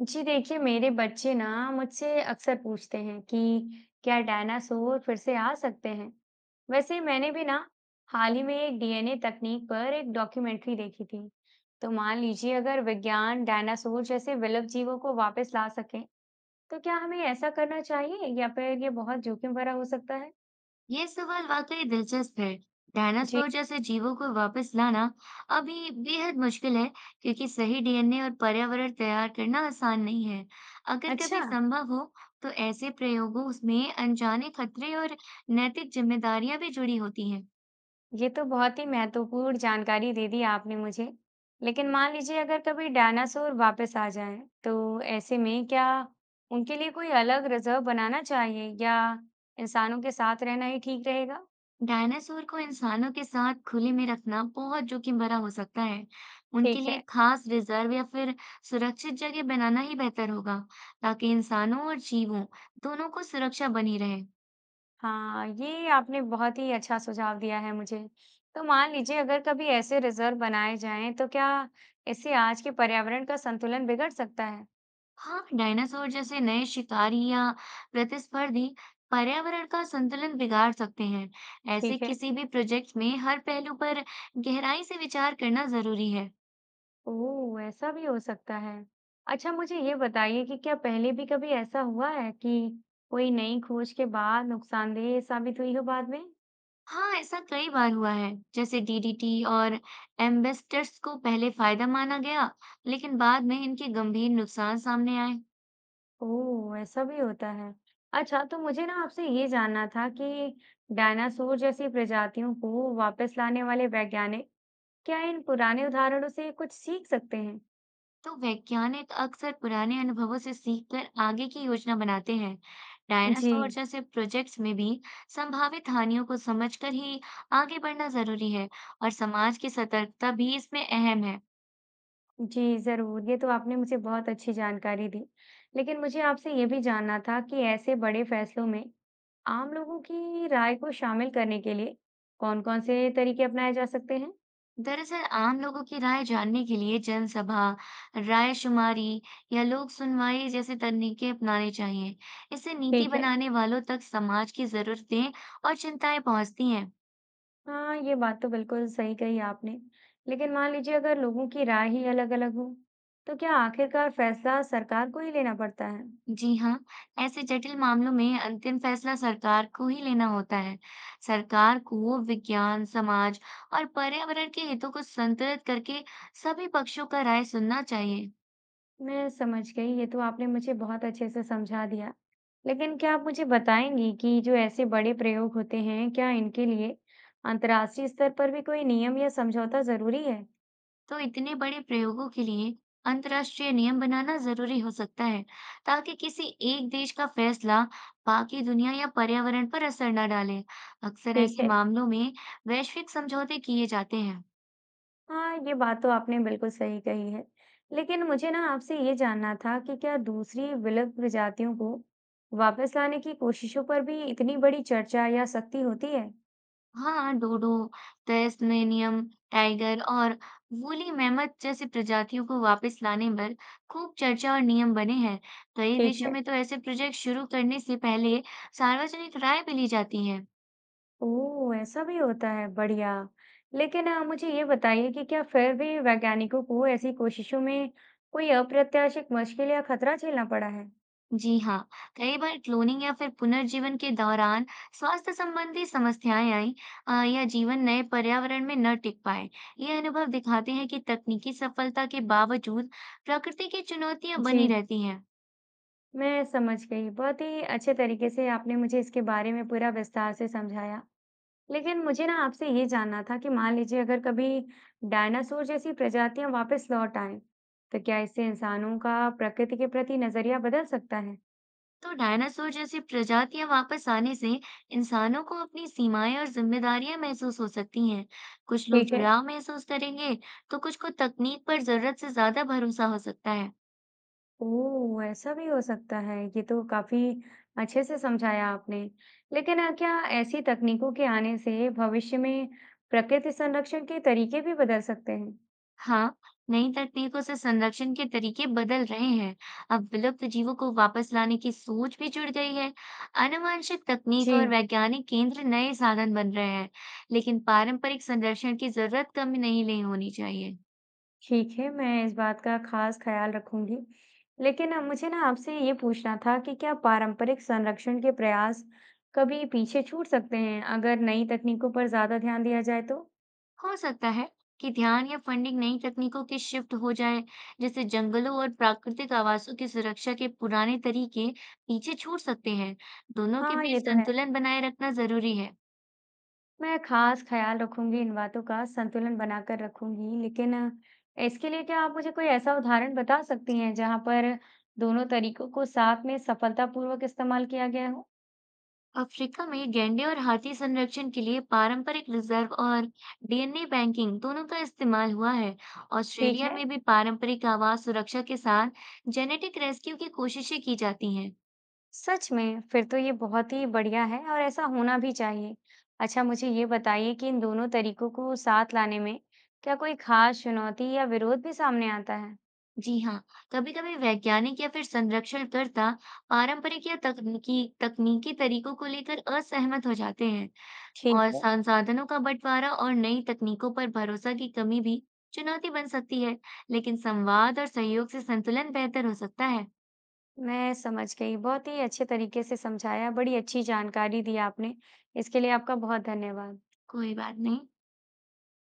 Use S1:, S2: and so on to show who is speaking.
S1: जी देखिए, मेरे बच्चे ना मुझसे अक्सर पूछते हैं कि क्या डायनासोर फिर से आ सकते हैं? वैसे मैंने भी ना हाल ही में एक डीएनए तकनीक पर एक डॉक्यूमेंट्री देखी थी। तो मान लीजिए अगर विज्ञान डायनासोर जैसे विलुप्त जीवों को वापस ला सके, तो क्या हमें ऐसा करना चाहिए या फिर ये बहुत जोखिम भरा हो सकता है?
S2: ये सवाल वाकई दिलचस्प है।
S1: जी।
S2: डायनासोर जैसे जीवों को वापस लाना अभी बेहद मुश्किल है, क्योंकि सही डीएनए और पर्यावरण तैयार करना आसान नहीं है। अगर
S1: अच्छा,
S2: कभी संभव हो, तो ऐसे प्रयोगों में अनजाने खतरे और नैतिक जिम्मेदारियां भी जुड़ी होती हैं।
S1: ये तो बहुत ही महत्वपूर्ण जानकारी दे दी आपने मुझे। लेकिन मान लीजिए अगर कभी डायनासोर वापस आ जाएं तो ऐसे में क्या उनके लिए कोई अलग रिजर्व बनाना चाहिए या इंसानों के साथ रहना ही ठीक रहेगा?
S2: डायनासोर को इंसानों के साथ खुले में रखना बहुत जोखिम भरा हो सकता है। उनके
S1: ठीक
S2: लिए
S1: है।
S2: खास रिजर्व या फिर सुरक्षित जगह बनाना ही बेहतर होगा, ताकि इंसानों और जीवों दोनों को सुरक्षा बनी रहे।
S1: हाँ, ये आपने बहुत ही अच्छा सुझाव दिया है मुझे। तो मान लीजिए अगर कभी ऐसे रिजर्व बनाए जाएं तो क्या इससे आज के पर्यावरण का संतुलन बिगड़ सकता है?
S2: हाँ, डायनासोर जैसे नए शिकारी या प्रतिस्पर्धी पर्यावरण का संतुलन बिगाड़ सकते हैं। ऐसे
S1: ठीक है।
S2: किसी भी प्रोजेक्ट में हर पहलू पर गहराई से विचार करना जरूरी है।
S1: ओह! ऐसा भी हो सकता है। अच्छा, मुझे ये बताइए कि क्या पहले भी कभी ऐसा हुआ है कि कोई नई खोज के बाद नुकसानदेह साबित हुई हो बाद में?
S2: हाँ, ऐसा कई बार हुआ है, जैसे डीडीटी और एम्बेस्टर्स को पहले फायदा माना गया, लेकिन बाद में इनके गंभीर नुकसान सामने आए।
S1: ओह! ऐसा भी होता है। अच्छा, तो मुझे ना आपसे ये जानना था कि डायनासोर जैसी प्रजातियों को वापस लाने वाले वैज्ञानिक क्या इन पुराने उदाहरणों से कुछ सीख सकते हैं?
S2: तो वैज्ञानिक अक्सर पुराने अनुभवों से सीखकर आगे की योजना बनाते हैं।
S1: जी।
S2: डायनासोर जैसे प्रोजेक्ट्स में भी संभावित हानियों को समझकर ही आगे बढ़ना जरूरी है और समाज की सतर्कता भी इसमें अहम है।
S1: जी, ज़रूर। ये तो आपने मुझे बहुत अच्छी जानकारी दी। लेकिन मुझे आपसे ये भी जानना था कि ऐसे बड़े फैसलों में आम लोगों की राय को शामिल करने के लिए कौन-कौन से तरीके अपनाए जा सकते हैं?
S2: दरअसल आम लोगों की राय जानने के लिए जनसभा, राय शुमारी या लोक सुनवाई जैसे तरीके अपनाने चाहिए। इससे नीति
S1: ठीक है।
S2: बनाने वालों तक समाज की जरूरतें और चिंताएं पहुंचती हैं।
S1: हाँ, ये बात तो बिल्कुल सही कही आपने। लेकिन मान लीजिए अगर लोगों की राय ही अलग-अलग हो, तो क्या आखिरकार फैसला सरकार को ही लेना पड़ता है?
S2: जी हाँ, ऐसे जटिल मामलों में अंतिम फैसला सरकार को ही लेना होता है। सरकार को विज्ञान, समाज और पर्यावरण के हितों को संतुलित करके सभी पक्षों का राय सुनना चाहिए।
S1: मैं समझ गई, ये तो आपने मुझे बहुत अच्छे से समझा दिया। लेकिन क्या आप मुझे बताएंगी कि जो ऐसे बड़े प्रयोग होते हैं, क्या इनके लिए अंतर्राष्ट्रीय स्तर पर भी कोई नियम या समझौता ज़रूरी है?
S2: तो इतने बड़े प्रयोगों के लिए अंतर्राष्ट्रीय नियम बनाना जरूरी हो सकता है, ताकि किसी एक देश का फैसला बाकी दुनिया या पर्यावरण पर असर न डाले। अक्सर
S1: ठीक
S2: ऐसे
S1: है।
S2: मामलों में वैश्विक समझौते किए जाते हैं।
S1: हाँ, ये बात तो आपने बिल्कुल सही कही है। लेकिन मुझे ना आपसे ये जानना था कि क्या दूसरी विलुप्त प्रजातियों को वापस लाने की कोशिशों पर भी इतनी बड़ी चर्चा या सख्ती होती है?
S2: हाँ, डोडो, तस्मेनियन टाइगर और वूली मैमथ जैसी प्रजातियों को वापस लाने पर खूब चर्चा और नियम बने हैं। कई
S1: ठीक
S2: देशों
S1: है।
S2: में तो ऐसे प्रोजेक्ट शुरू करने से पहले सार्वजनिक राय भी ली जाती है।
S1: ओह! ऐसा भी होता है, बढ़िया। लेकिन मुझे ये बताइए कि क्या फिर भी वैज्ञानिकों को ऐसी कोशिशों में कोई अप्रत्याशित मुश्किल या खतरा झेलना पड़ा है?
S2: जी हाँ, कई बार क्लोनिंग या फिर पुनर्जीवन के दौरान स्वास्थ्य संबंधी समस्याएं आई या जीवन नए पर्यावरण में न टिक पाए। ये अनुभव दिखाते हैं कि तकनीकी सफलता के बावजूद प्रकृति की चुनौतियां
S1: जी,
S2: बनी रहती हैं।
S1: मैं समझ गई। बहुत ही अच्छे तरीके से आपने मुझे इसके बारे में पूरा विस्तार से समझाया। लेकिन मुझे ना आपसे ये जानना था कि मान लीजिए अगर कभी डायनासोर जैसी प्रजातियां वापस लौट आएँ, तो क्या इससे इंसानों का प्रकृति के प्रति नज़रिया बदल सकता है?
S2: तो डायनासोर जैसी प्रजातियां वापस आने से इंसानों को अपनी सीमाएं और जिम्मेदारियां महसूस हो सकती हैं। कुछ लोग
S1: ठीक है।
S2: जुड़ाव महसूस करेंगे, तो कुछ को तकनीक पर जरूरत से ज्यादा भरोसा हो सकता है।
S1: ओह! ऐसा भी हो सकता है, ये तो काफ़ी अच्छे से समझाया आपने। लेकिन क्या ऐसी तकनीकों के आने से भविष्य में प्रकृति संरक्षण के तरीके भी बदल सकते हैं?
S2: हाँ, नई तकनीकों से संरक्षण के तरीके बदल रहे हैं। अब विलुप्त जीवों को वापस लाने की सोच भी जुड़ गई है। आनुवंशिक तकनीक और
S1: जी,
S2: वैज्ञानिक केंद्र नए साधन बन रहे हैं, लेकिन पारंपरिक संरक्षण की जरूरत कम नहीं नहीं होनी चाहिए।
S1: ठीक है, मैं इस बात का ख़ास ख़्याल रखूँगी। लेकिन मुझे ना आपसे ये पूछना था कि क्या पारंपरिक संरक्षण के प्रयास कभी पीछे छूट सकते हैं, अगर नई तकनीकों पर ज़्यादा ध्यान दिया जाए तो?
S2: हो सकता है कि ध्यान या फंडिंग नई तकनीकों की शिफ्ट हो जाए, जैसे जंगलों और प्राकृतिक आवासों की सुरक्षा के पुराने तरीके पीछे छूट सकते हैं। दोनों के
S1: हाँ,
S2: बीच
S1: ये तो है।
S2: संतुलन बनाए रखना जरूरी है।
S1: मैं खास ख्याल रखूंगी, इन बातों का संतुलन बनाकर रखूंगी। लेकिन इसके लिए क्या आप मुझे कोई ऐसा उदाहरण बता सकती हैं जहां पर दोनों तरीकों को साथ में सफलतापूर्वक इस्तेमाल किया गया हो?
S2: अफ्रीका में गैंडे और हाथी संरक्षण के लिए पारंपरिक रिजर्व और डीएनए बैंकिंग दोनों का इस्तेमाल हुआ है।
S1: ठीक
S2: ऑस्ट्रेलिया
S1: है।
S2: में भी पारंपरिक आवास सुरक्षा के साथ जेनेटिक रेस्क्यू की कोशिशें की जाती हैं।
S1: सच में? फिर तो ये बहुत ही बढ़िया है और ऐसा होना भी चाहिए। अच्छा, मुझे ये बताइए कि इन दोनों तरीकों को साथ लाने में क्या कोई खास चुनौती या विरोध भी सामने आता है?
S2: जी हाँ, कभी-कभी वैज्ञानिक या फिर संरक्षणकर्ता पारंपरिक या तकनीकी तकनीकी तरीकों को लेकर असहमत हो जाते हैं,
S1: ठीक
S2: और
S1: है।
S2: संसाधनों का बंटवारा और नई तकनीकों पर भरोसा की कमी भी चुनौती बन सकती है, लेकिन संवाद और सहयोग से संतुलन बेहतर हो सकता है।
S1: मैं समझ गई। बहुत ही अच्छे तरीके से समझाया, बड़ी अच्छी जानकारी दी आपने। इसके लिए आपका बहुत धन्यवाद।
S2: कोई बात नहीं।